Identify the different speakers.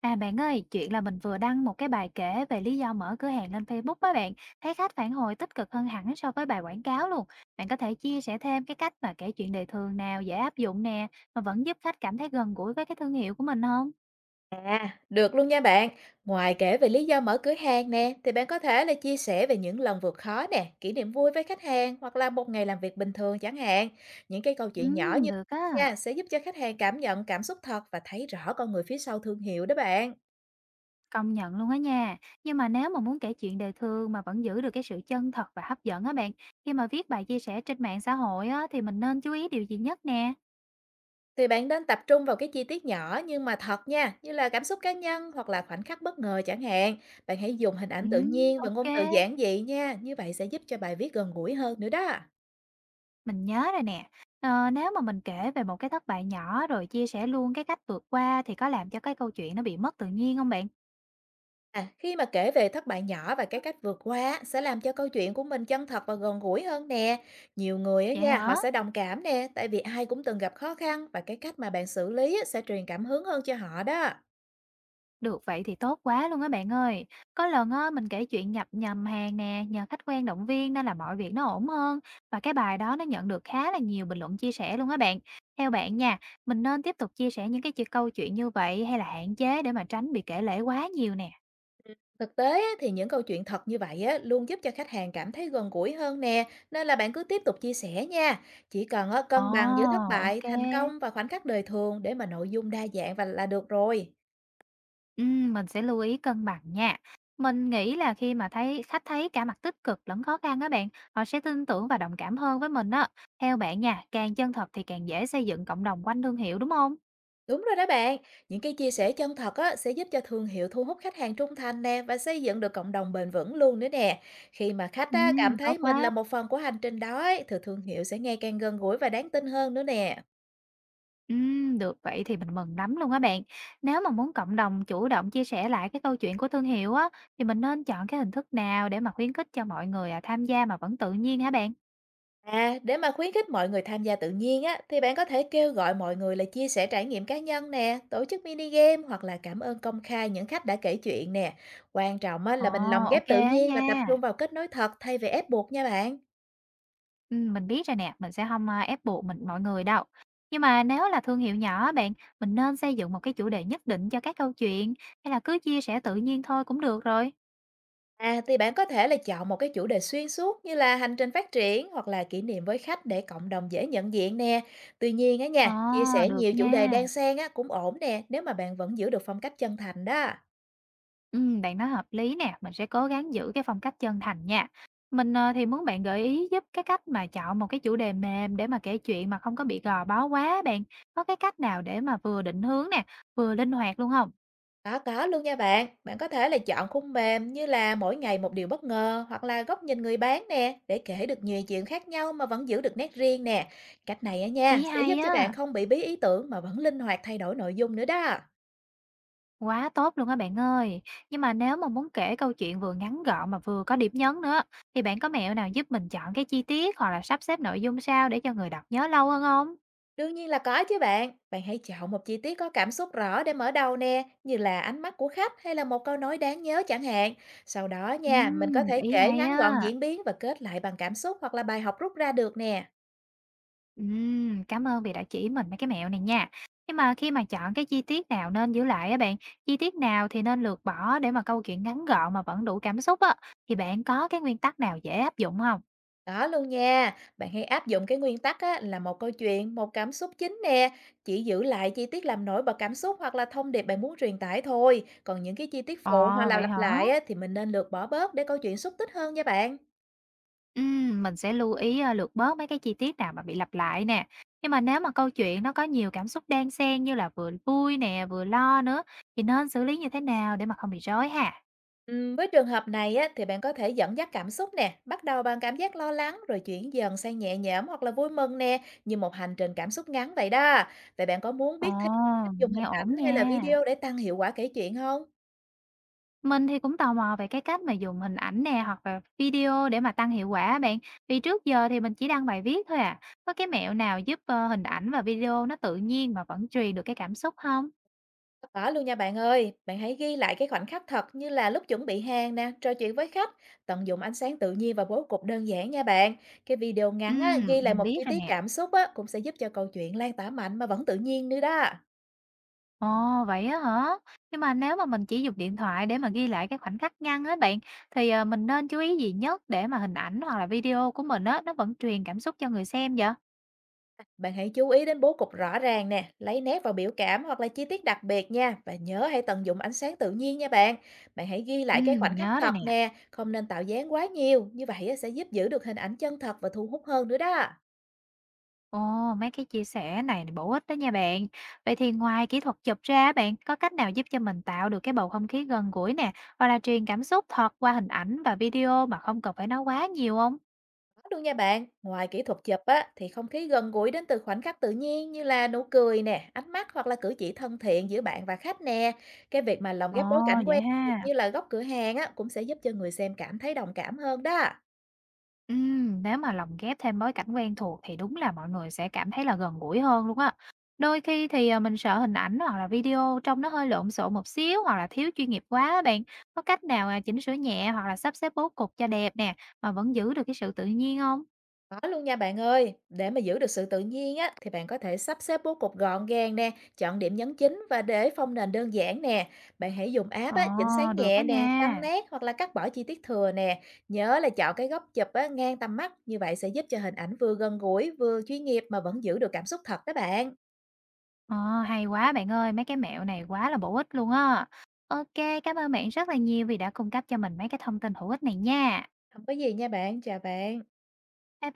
Speaker 1: À bạn ơi, chuyện là mình vừa đăng một cái bài kể về lý do mở cửa hàng lên Facebook với bạn, thấy khách phản hồi tích cực hơn hẳn so với bài quảng cáo luôn. Bạn có thể chia sẻ thêm cái cách mà kể chuyện đời thường nào dễ áp dụng nè, mà vẫn giúp khách cảm thấy gần gũi với cái thương hiệu của mình không?
Speaker 2: À, được luôn nha bạn. Ngoài kể về lý do mở cửa hàng nè, thì bạn có thể là chia sẻ về những lần vượt khó nè, kỷ niệm vui với khách hàng hoặc là một ngày làm việc bình thường chẳng hạn. Những cái câu
Speaker 1: Ừ,
Speaker 2: chuyện nhỏ như
Speaker 1: được á,
Speaker 2: nha sẽ giúp cho khách hàng cảm nhận cảm xúc thật và thấy rõ con người phía sau thương hiệu đó bạn.
Speaker 1: công nhận luôn á nha. Nhưng mà nếu mà muốn kể chuyện đời thường mà vẫn giữ được cái sự chân thật và hấp dẫn á bạn, khi mà viết bài chia sẻ trên mạng xã hội á, thì mình nên chú ý điều gì nhất nè?
Speaker 2: Thì bạn nên tập trung vào cái chi tiết nhỏ nhưng mà thật nha, như là cảm xúc cá nhân hoặc là khoảnh khắc bất ngờ chẳng hạn. Bạn hãy dùng hình ảnh
Speaker 1: Ừ,
Speaker 2: tự nhiên và
Speaker 1: ok.
Speaker 2: ngôn từ giản dị nha, như vậy sẽ giúp cho bài viết gần gũi hơn nữa đó.
Speaker 1: Mình nhớ rồi nè. Ờ, nếu mà mình kể về một cái thất bại nhỏ rồi chia sẻ luôn cái cách vượt qua thì có làm cho cái câu chuyện nó bị mất tự nhiên không bạn?
Speaker 2: À, khi mà kể về thất bại nhỏ và cái cách vượt qua á, sẽ làm cho câu chuyện của mình chân thật và gần gũi hơn nè. Nhiều người á
Speaker 1: Vậy
Speaker 2: nha, họ
Speaker 1: hả?
Speaker 2: sẽ đồng cảm nè, tại vì ai cũng từng gặp khó khăn và cái cách mà bạn xử lý á, sẽ truyền cảm hứng hơn cho họ đó.
Speaker 1: Được vậy thì tốt quá luôn á bạn ơi. Có lần á, mình kể chuyện nhập nhầm hàng nè, nhờ khách quen động viên nên là mọi việc nó ổn hơn. Và cái bài đó nó nhận được khá là nhiều bình luận chia sẻ luôn á bạn. Theo bạn nha, mình nên tiếp tục chia sẻ những cái câu chuyện như vậy hay là hạn chế để mà tránh bị kể lể quá nhiều nè?
Speaker 2: Thực tế á, thì những câu chuyện thật như vậy á, luôn giúp cho khách hàng cảm thấy gần gũi hơn nè, nên là bạn cứ tiếp tục chia sẻ nha. Chỉ cần á,
Speaker 1: Ồ,
Speaker 2: cân bằng giữa thất bại,
Speaker 1: ok.
Speaker 2: thành công và khoảnh khắc đời thường để mà nội dung đa dạng và là được rồi.
Speaker 1: Mình sẽ lưu ý cân bằng nha. Mình nghĩ là khi mà khách thấy cả mặt tích cực lẫn khó khăn á bạn, họ sẽ tin tưởng và đồng cảm hơn với mình á. Theo bạn nha, càng chân thật thì càng dễ xây dựng cộng đồng quanh thương hiệu đúng không?
Speaker 2: Đúng rồi đó bạn, những cái chia sẻ chân thật á, sẽ giúp cho thương hiệu thu hút khách hàng trung thành nè và xây dựng được cộng đồng bền vững luôn nữa nè. Khi mà khách
Speaker 1: Ừ,
Speaker 2: á, cảm
Speaker 1: tốt
Speaker 2: thấy mình là
Speaker 1: quá.
Speaker 2: một phần của hành trình đó ấy, thì thương hiệu sẽ ngày càng gần gũi và đáng tin hơn nữa nè.
Speaker 1: Ừ, được vậy thì mình mừng lắm luôn á bạn. Nếu mà muốn cộng đồng chủ động chia sẻ lại cái câu chuyện của thương hiệu á, thì mình nên chọn cái hình thức nào để mà khuyến khích cho mọi người tham gia mà vẫn tự nhiên hả bạn?
Speaker 2: À, để mà khuyến khích mọi người tham gia tự nhiên á, thì bạn có thể kêu gọi mọi người là chia sẻ trải nghiệm cá nhân nè, tổ chức mini game hoặc là cảm ơn công khai những khách đã kể chuyện nè. Quan trọng á,
Speaker 1: Ồ,
Speaker 2: là mình lồng
Speaker 1: ok
Speaker 2: ghép tự
Speaker 1: á
Speaker 2: nhiên và tập
Speaker 1: nha.
Speaker 2: trung vào kết nối thật thay vì ép buộc nha bạn.
Speaker 1: Mình biết rồi nè, mình sẽ không ép buộc mọi người đâu. Nhưng mà nếu là thương hiệu nhỏ bạn, mình nên xây dựng một cái chủ đề nhất định cho các câu chuyện, hay là cứ chia sẻ tự nhiên thôi cũng được rồi?
Speaker 2: À, thì bạn có thể là chọn một cái chủ đề xuyên suốt như là hành trình phát triển hoặc là kỷ niệm với khách để cộng đồng dễ nhận diện nè. Tuy nhiên á
Speaker 1: Ờ,
Speaker 2: nha, chia sẻ
Speaker 1: được
Speaker 2: nhiều chủ đề
Speaker 1: nha.
Speaker 2: đan xen á cũng ổn nè, nếu mà bạn vẫn giữ được phong cách chân thành đó.
Speaker 1: Bạn nói hợp lý nè, mình sẽ cố gắng giữ cái phong cách chân thành nha. Mình, thì muốn bạn gợi ý giúp cái cách mà chọn một cái chủ đề mềm để mà kể chuyện mà không có bị gò bó quá bạn. Có cái cách nào để mà vừa định hướng nè, vừa linh hoạt luôn không?
Speaker 2: Có luôn nha bạn. Bạn có thể là chọn khung mềm như là mỗi ngày một điều bất ngờ hoặc là góc nhìn người bán nè để kể được nhiều chuyện khác nhau mà vẫn giữ được nét riêng nè. Cách này á
Speaker 1: Ý
Speaker 2: nha, sẽ
Speaker 1: hay
Speaker 2: giúp cho
Speaker 1: á.
Speaker 2: bạn không bị bí ý tưởng mà vẫn linh hoạt thay đổi nội dung nữa đó.
Speaker 1: Quá tốt luôn á bạn ơi. Nhưng mà nếu mà muốn kể câu chuyện vừa ngắn gọn mà vừa có điểm nhấn nữa, thì bạn có mẹo nào giúp mình chọn cái chi tiết hoặc là sắp xếp nội dung sao để cho người đọc nhớ lâu hơn không?
Speaker 2: Đương nhiên là có chứ bạn. Bạn hãy chọn một chi tiết có cảm xúc rõ để mở đầu nè, như là ánh mắt của khách hay là một câu nói đáng nhớ chẳng hạn. Sau đó nha, mình có thể
Speaker 1: Ý
Speaker 2: kể
Speaker 1: hay
Speaker 2: ngắn gọn
Speaker 1: á.
Speaker 2: diễn biến và kết lại bằng cảm xúc hoặc là bài học rút ra được nè.
Speaker 1: Cảm ơn vì đã chỉ mình mấy cái mẹo này nha. Nhưng mà khi mà chọn cái chi tiết nào nên giữ lại á bạn, chi tiết nào thì nên lược bỏ để mà câu chuyện ngắn gọn mà vẫn đủ cảm xúc á, thì bạn có cái nguyên tắc nào dễ áp dụng không?
Speaker 2: Đó luôn nha. Bạn hãy áp dụng cái nguyên tắc á, là một câu chuyện, một cảm xúc chính nè. Chỉ giữ lại chi tiết làm nổi bật cảm xúc hoặc là thông điệp bạn muốn truyền tải thôi. Còn những cái chi tiết phụ hoặc
Speaker 1: Ồ,
Speaker 2: là
Speaker 1: vậy
Speaker 2: lặp
Speaker 1: hả?
Speaker 2: lại á, thì mình nên lược bỏ bớt để câu chuyện xúc tích hơn nha bạn.
Speaker 1: Mình sẽ lưu ý, lược bớt mấy cái chi tiết nào mà bị lặp lại nè. Nhưng mà nếu mà câu chuyện nó có nhiều cảm xúc đan xen như là vừa vui nè, vừa lo nữa, thì nên xử lý như thế nào để mà không bị rối ha?
Speaker 2: Với trường hợp này á, thì bạn có thể dẫn dắt cảm xúc nè, bắt đầu bằng cảm giác lo lắng rồi chuyển dần sang nhẹ nhõm hoặc là vui mừng nè, như một hành trình cảm xúc ngắn vậy đó. Vậy bạn có muốn
Speaker 1: Ồ,
Speaker 2: biết thêm cách dùng
Speaker 1: nghe
Speaker 2: hình
Speaker 1: ổn
Speaker 2: ảnh hay là
Speaker 1: nha.
Speaker 2: video để tăng hiệu quả kể chuyện không?
Speaker 1: Mình thì cũng tò mò về cái cách mà dùng hình ảnh nè, hoặc là video để mà tăng hiệu quả bạn. Vì trước giờ thì mình chỉ đăng bài viết thôi à. Có cái mẹo nào giúp, hình ảnh và video nó tự nhiên mà vẫn truyền được cái cảm xúc không?
Speaker 2: Có luôn nha bạn ơi, bạn hãy ghi lại cái khoảnh khắc thật như là lúc chuẩn bị hàng nè, trò chuyện với khách, tận dụng ánh sáng tự nhiên và bố cục đơn giản nha bạn. Cái video ngắn á, ghi lại
Speaker 1: Mình
Speaker 2: một
Speaker 1: biết
Speaker 2: chi
Speaker 1: rồi
Speaker 2: tiết
Speaker 1: nè.
Speaker 2: cảm xúc á, cũng sẽ giúp cho câu chuyện lan tỏa mạnh mà vẫn tự nhiên nữa đó.
Speaker 1: Ồ, vậy á hả? Nhưng mà nếu mà mình chỉ dùng điện thoại để mà ghi lại cái khoảnh khắc ngắn á bạn, thì, mình nên chú ý gì nhất để mà hình ảnh hoặc là video của mình á, nó vẫn truyền cảm xúc cho người xem vậy?
Speaker 2: Bạn hãy chú ý đến bố cục rõ ràng nè, lấy nét vào biểu cảm hoặc là chi tiết đặc biệt nha và nhớ hãy tận dụng ánh sáng tự nhiên nha bạn. Bạn hãy ghi lại cái khoảnh
Speaker 1: Mình
Speaker 2: khắc
Speaker 1: nhớ rồi
Speaker 2: thật
Speaker 1: nè.
Speaker 2: nè, không nên tạo dáng quá nhiều, như vậy á, sẽ giúp giữ được hình ảnh chân thật và thu hút hơn nữa đó.
Speaker 1: Ồ, mấy cái chia sẻ này là bổ ích đó nha bạn. Vậy thì ngoài kỹ thuật chụp ra bạn, có cách nào giúp cho mình tạo được cái bầu không khí gần gũi nè, hoặc là truyền cảm xúc thật qua hình ảnh và video mà không cần phải nói quá nhiều không?
Speaker 2: Có luôn nha bạn, ngoài kỹ thuật chụp á thì không khí gần gũi đến từ khoảnh khắc tự nhiên như là nụ cười nè, ánh mắt hoặc là cử chỉ thân thiện giữa bạn và khách nè. Cái việc mà lồng
Speaker 1: Ồ,
Speaker 2: ghép bối cảnh
Speaker 1: vậy
Speaker 2: quen thuộc
Speaker 1: ha.
Speaker 2: như là góc cửa hàng á cũng sẽ giúp cho người xem cảm thấy đồng cảm hơn đó.
Speaker 1: Nếu mà lồng ghép thêm bối cảnh quen thuộc thì đúng là mọi người sẽ cảm thấy là gần gũi hơn luôn á. Đôi khi thì mình sợ hình ảnh hoặc là video trông nó hơi lộn xộn một xíu hoặc là thiếu chuyên nghiệp quá á bạn. Có cách nào chỉnh sửa nhẹ hoặc là sắp xếp bố cục cho đẹp nè mà vẫn giữ được cái sự tự nhiên không?
Speaker 2: Có luôn nha bạn ơi, để mà giữ được sự tự nhiên á thì bạn có thể sắp xếp bố cục gọn gàng nè, chọn điểm nhấn chính và để phông nền đơn giản nè. Bạn hãy dùng app
Speaker 1: Ồ,
Speaker 2: á, chỉnh sáng
Speaker 1: được
Speaker 2: nhẹ
Speaker 1: đó
Speaker 2: nè, tăng
Speaker 1: nha.
Speaker 2: nét hoặc là cắt bỏ chi tiết thừa nè. Nhớ là chọn cái góc chụp á, ngang tầm mắt, như vậy sẽ giúp cho hình ảnh vừa gần gũi, vừa chuyên nghiệp mà vẫn giữ được cảm xúc thật đó bạn.
Speaker 1: Ồ, hay quá bạn ơi, mấy cái mẹo này quá là bổ ích luôn á. Ok, cảm ơn bạn rất là nhiều vì đã cung cấp cho mình mấy cái thông tin hữu ích này nha.
Speaker 2: Không có gì nha bạn, chào bạn.
Speaker 1: Bye bye.